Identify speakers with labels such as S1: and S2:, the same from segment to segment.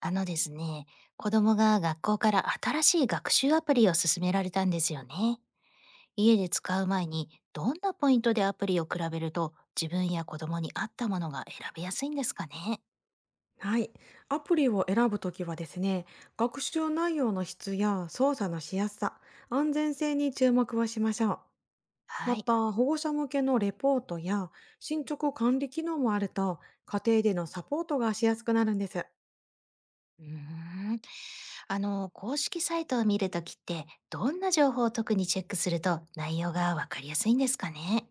S1: あのですね、子供が学校から新しい学習アプリを勧められたんですよね。家で使う前にどんなポイントでアプリを比べると自分や子供に合ったものが選びやすいんですかね。
S2: はい。アプリを選ぶときはですね、学習内容の質や操作のしやすさ、安全性に注目をしましょう。ま
S1: はい。
S2: た、保護者向けのレポートや進捗管理機能もあると、家庭でのサポートがしやすくなるんです。
S1: うーん。公式サイトを見るときってどんな情報を特にチェックすると内容がわかりやすいんですかね。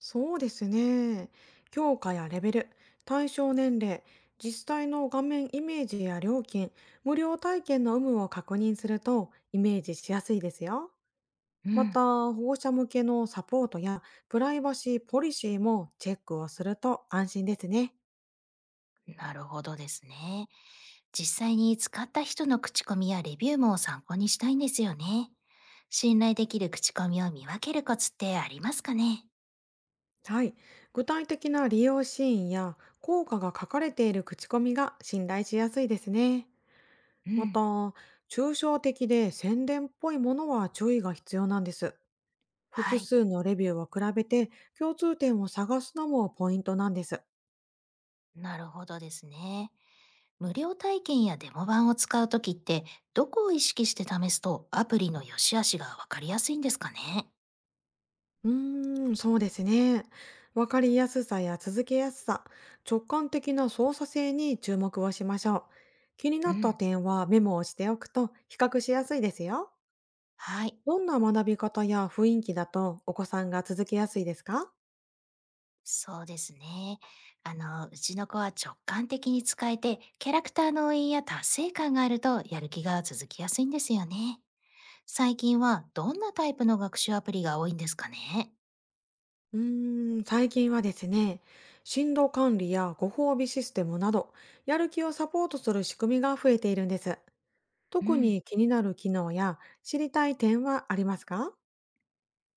S2: そうですね。強化やレベル、対象年齢、実際の画面イメージや料金、無料体験の有無を確認するとイメージしやすいですよ。
S1: う
S2: また、
S1: ん。
S2: 保護者向けのサポートやプライバシーポリシーもチェックをすると安心ですね。
S1: なるほどですね。実際に使った人の口コミやレビューも参考にしたいんですよね。信頼できる口コミを見分けるコツってありますかね？
S2: はい。具体的な利用シーンや効果が書かれている口コミが信頼しやすいですね。
S1: う
S2: また、
S1: ん、
S2: 抽象的で宣伝っぽいものは注意が必要なんです。
S1: は
S2: 複
S1: い。
S2: 数のレビューを比べて共通点を探すのもポイントなんです。
S1: なるほどですね。無料体験やデモ版を使うときって、どこを意識して試すとアプリの良し悪しがわかりやすいんですかね？
S2: そうですね。わかりやすさや続けやすさ、直感的な操作性に注目をしましょう。気にな
S1: う
S2: った
S1: ん、
S2: 点はメモをしておくと比較しやすいですよ。
S1: はい、
S2: どんな学び方や雰囲気だとお子さんが続けやすいですか？
S1: そうですね。うちの子は直感的に使えて、キャラクターの応援や達成感があるとやる気が続きやすいんですよね。最近はどんなタイプの学習アプリが多いんですかね？
S2: 最近はですね、振動管理やご褒美システムなど、やる気をサポートする仕組みが増えているんです。
S1: う
S2: 特
S1: ん。
S2: に気になる機能や知りたい点はありますか？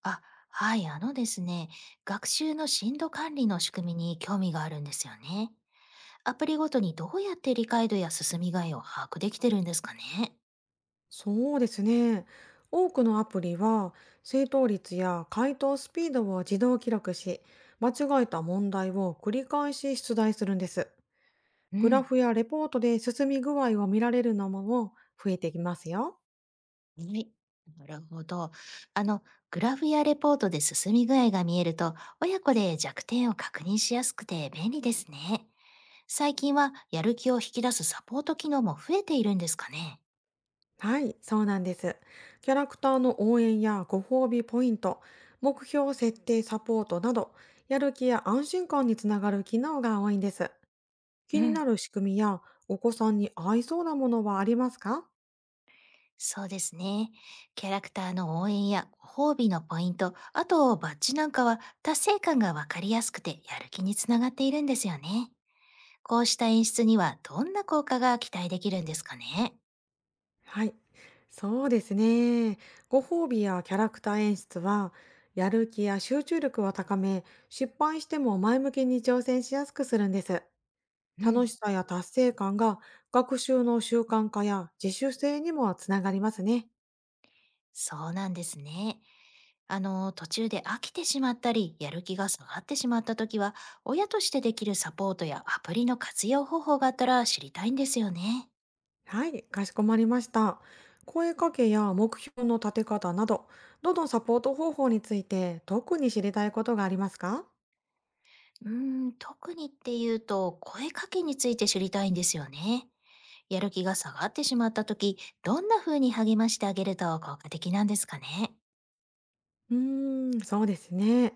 S1: あ、はい、あのですね、学習の進度管理の仕組みに興味があるんですよね。アプリごとにどうやって理解度や進み具合を把握できてるんですかね？
S2: そうですね。多くのアプリは正答率や回答スピードを自動記録し、間違えた問題を繰り返し出題するんです。
S1: う
S2: グラ
S1: ん。
S2: フやレポートで進み具合を見られるのも増えてきますよ。
S1: はい。なるほど。あの、グラフやレポートで進み具合が見えると、親子で弱点を確認しやすくて便利ですね。最近はやる気を引き出すサポート機能も増えているんですかね。
S2: はい、そうなんです。キャラクターの応援やご褒美ポイント、目標設定サポートなど、やる気や安心感につながる機能が多いんです。気
S1: う
S2: に
S1: ん、
S2: なる仕組みやお子さんに合いそうなものはありますか？
S1: そうですね。キャラクターの応援やご褒美のポイント、あとバッジなんかは達成感がわかりやすくてやる気につながっているんですよね。こうした演出にはどんな効果が期待できるんですかね？
S2: はい、そうですね。ご褒美やキャラクター演出は、やる気や集中力を高め、失敗しても前向きに挑戦しやすくするんです。
S1: う
S2: 楽
S1: ん、
S2: しさや達成感が学習の習慣化や自主性にもつながりますね。
S1: そうなんですね。途中で飽きてしまったり、やる気が下がってしまった時は、親としてできるサポートやアプリの活用方法があったら知りたいんですよね。
S2: はい、かしこまりました。声かけや目標の立て方など、どのサポート方法について特に知りたいことがありますか？
S1: うーん、特にっていうと、声かけについて知りたいんですよね。やる気が下がってしまった時、どんな風に励ましてあげると効果的なんですかね？
S2: そうですね。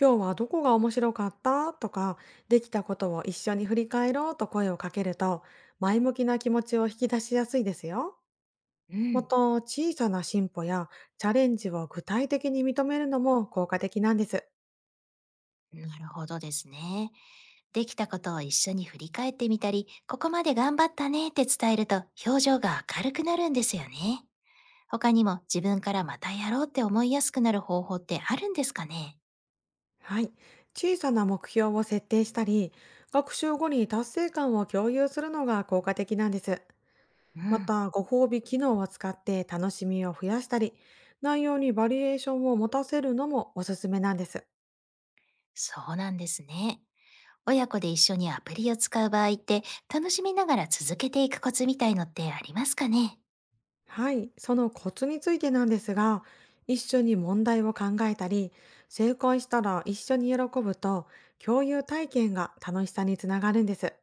S2: 今日はどこが面白かったとか、できたことを一緒に振り返ろうと声をかけると、前向きな気持ちを引き出しやすいですよ。
S1: う
S2: ま
S1: ん。
S2: た、小さな進歩やチャレンジを具体的に認めるのも効果的なんです。
S1: なるほどですね。できたことを一緒に振り返ってみたり、ここまで頑張ったねって伝えると表情が明るくなるんですよね。他にも自分からまたやろうって思いやすくなる方法ってあるんですかね？
S2: はい。小さな目標を設定したり、学習後に達成感を共有するのが効果的なんです。
S1: う
S2: ま
S1: ん。
S2: た、ご褒美機能を使って楽しみを増やしたり、内容にバリエーションを持たせるのもおすすめなんです。
S1: そうなんですね。親子で一緒にアプリを使う場合って、楽しみながら続けていくコツみたいのってありますかね？
S2: はい、そのコツについてなんですが、一緒に問題を考えたり、正解したら一緒に喜ぶと、共有体験が楽しさにつながるんです。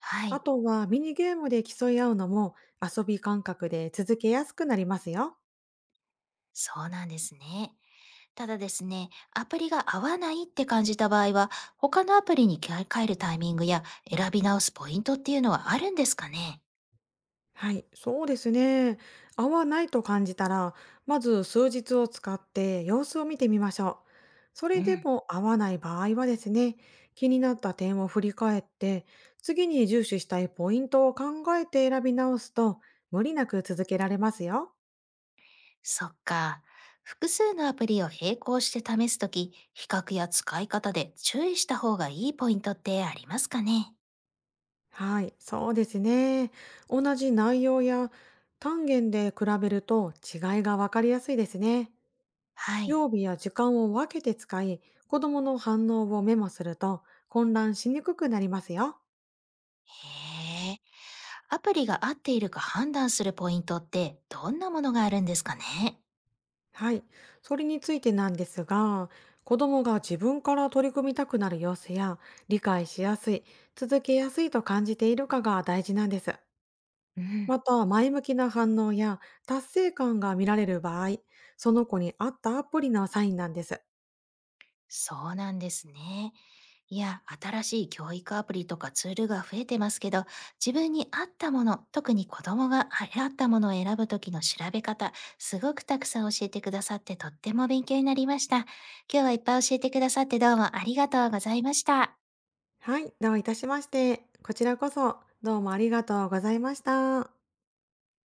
S1: は
S2: あ
S1: い。
S2: とはミニゲームで競い合うのも遊び感覚で続けやすくなりますよ。
S1: そうなんですね。ただですね、アプリが合わないって感じた場合は、他のアプリに切り替えるタイミングや選び直すポイントっていうのはあるんですかね？
S2: はい、そうですね。合わないと感じたら、まず数日を使って様子を見てみましょう。そ
S1: う
S2: れで
S1: ん、
S2: も合わない場合はですね、気になった点を振り返って、次に重視したいポイントを考えて選び直すと、無理なく続けられますよ。
S1: そっか。複数のアプリを並行して試すとき、比較や使い方で注意した方がいいポイントってありますかね？
S2: はい、そうですね。同じ内容や単元で比べると違いがわかりやすいですね。
S1: はい。
S2: 曜日や時間を分けて使い、子供の反応をメモすると混乱しにくくなりますよ。
S1: へえ。アプリが合っているか判断するポイントってどんなものがあるんですかね？
S2: はい。それについてなんですが、子供が自分から取り組みたくなる様子や、理解しやすい、続けやすいと感じているかが大事なんです。
S1: う
S2: ま
S1: ん。
S2: た、前向きな反応や達成感が見られる場合、その子に合ったアプリのサインなんです。
S1: そうなんですね。いや、新しい教育アプリとかツールが増えてますけど、自分に合ったもの、特に子供が合ったものを選ぶときの調べ方、すごくたくさん教えてくださってとっても勉強になりました。今日はいっぱい教えてくださってどうもありがとうございました。
S2: はい。どういたしまして。こちらこそ、どうもありがとうございました。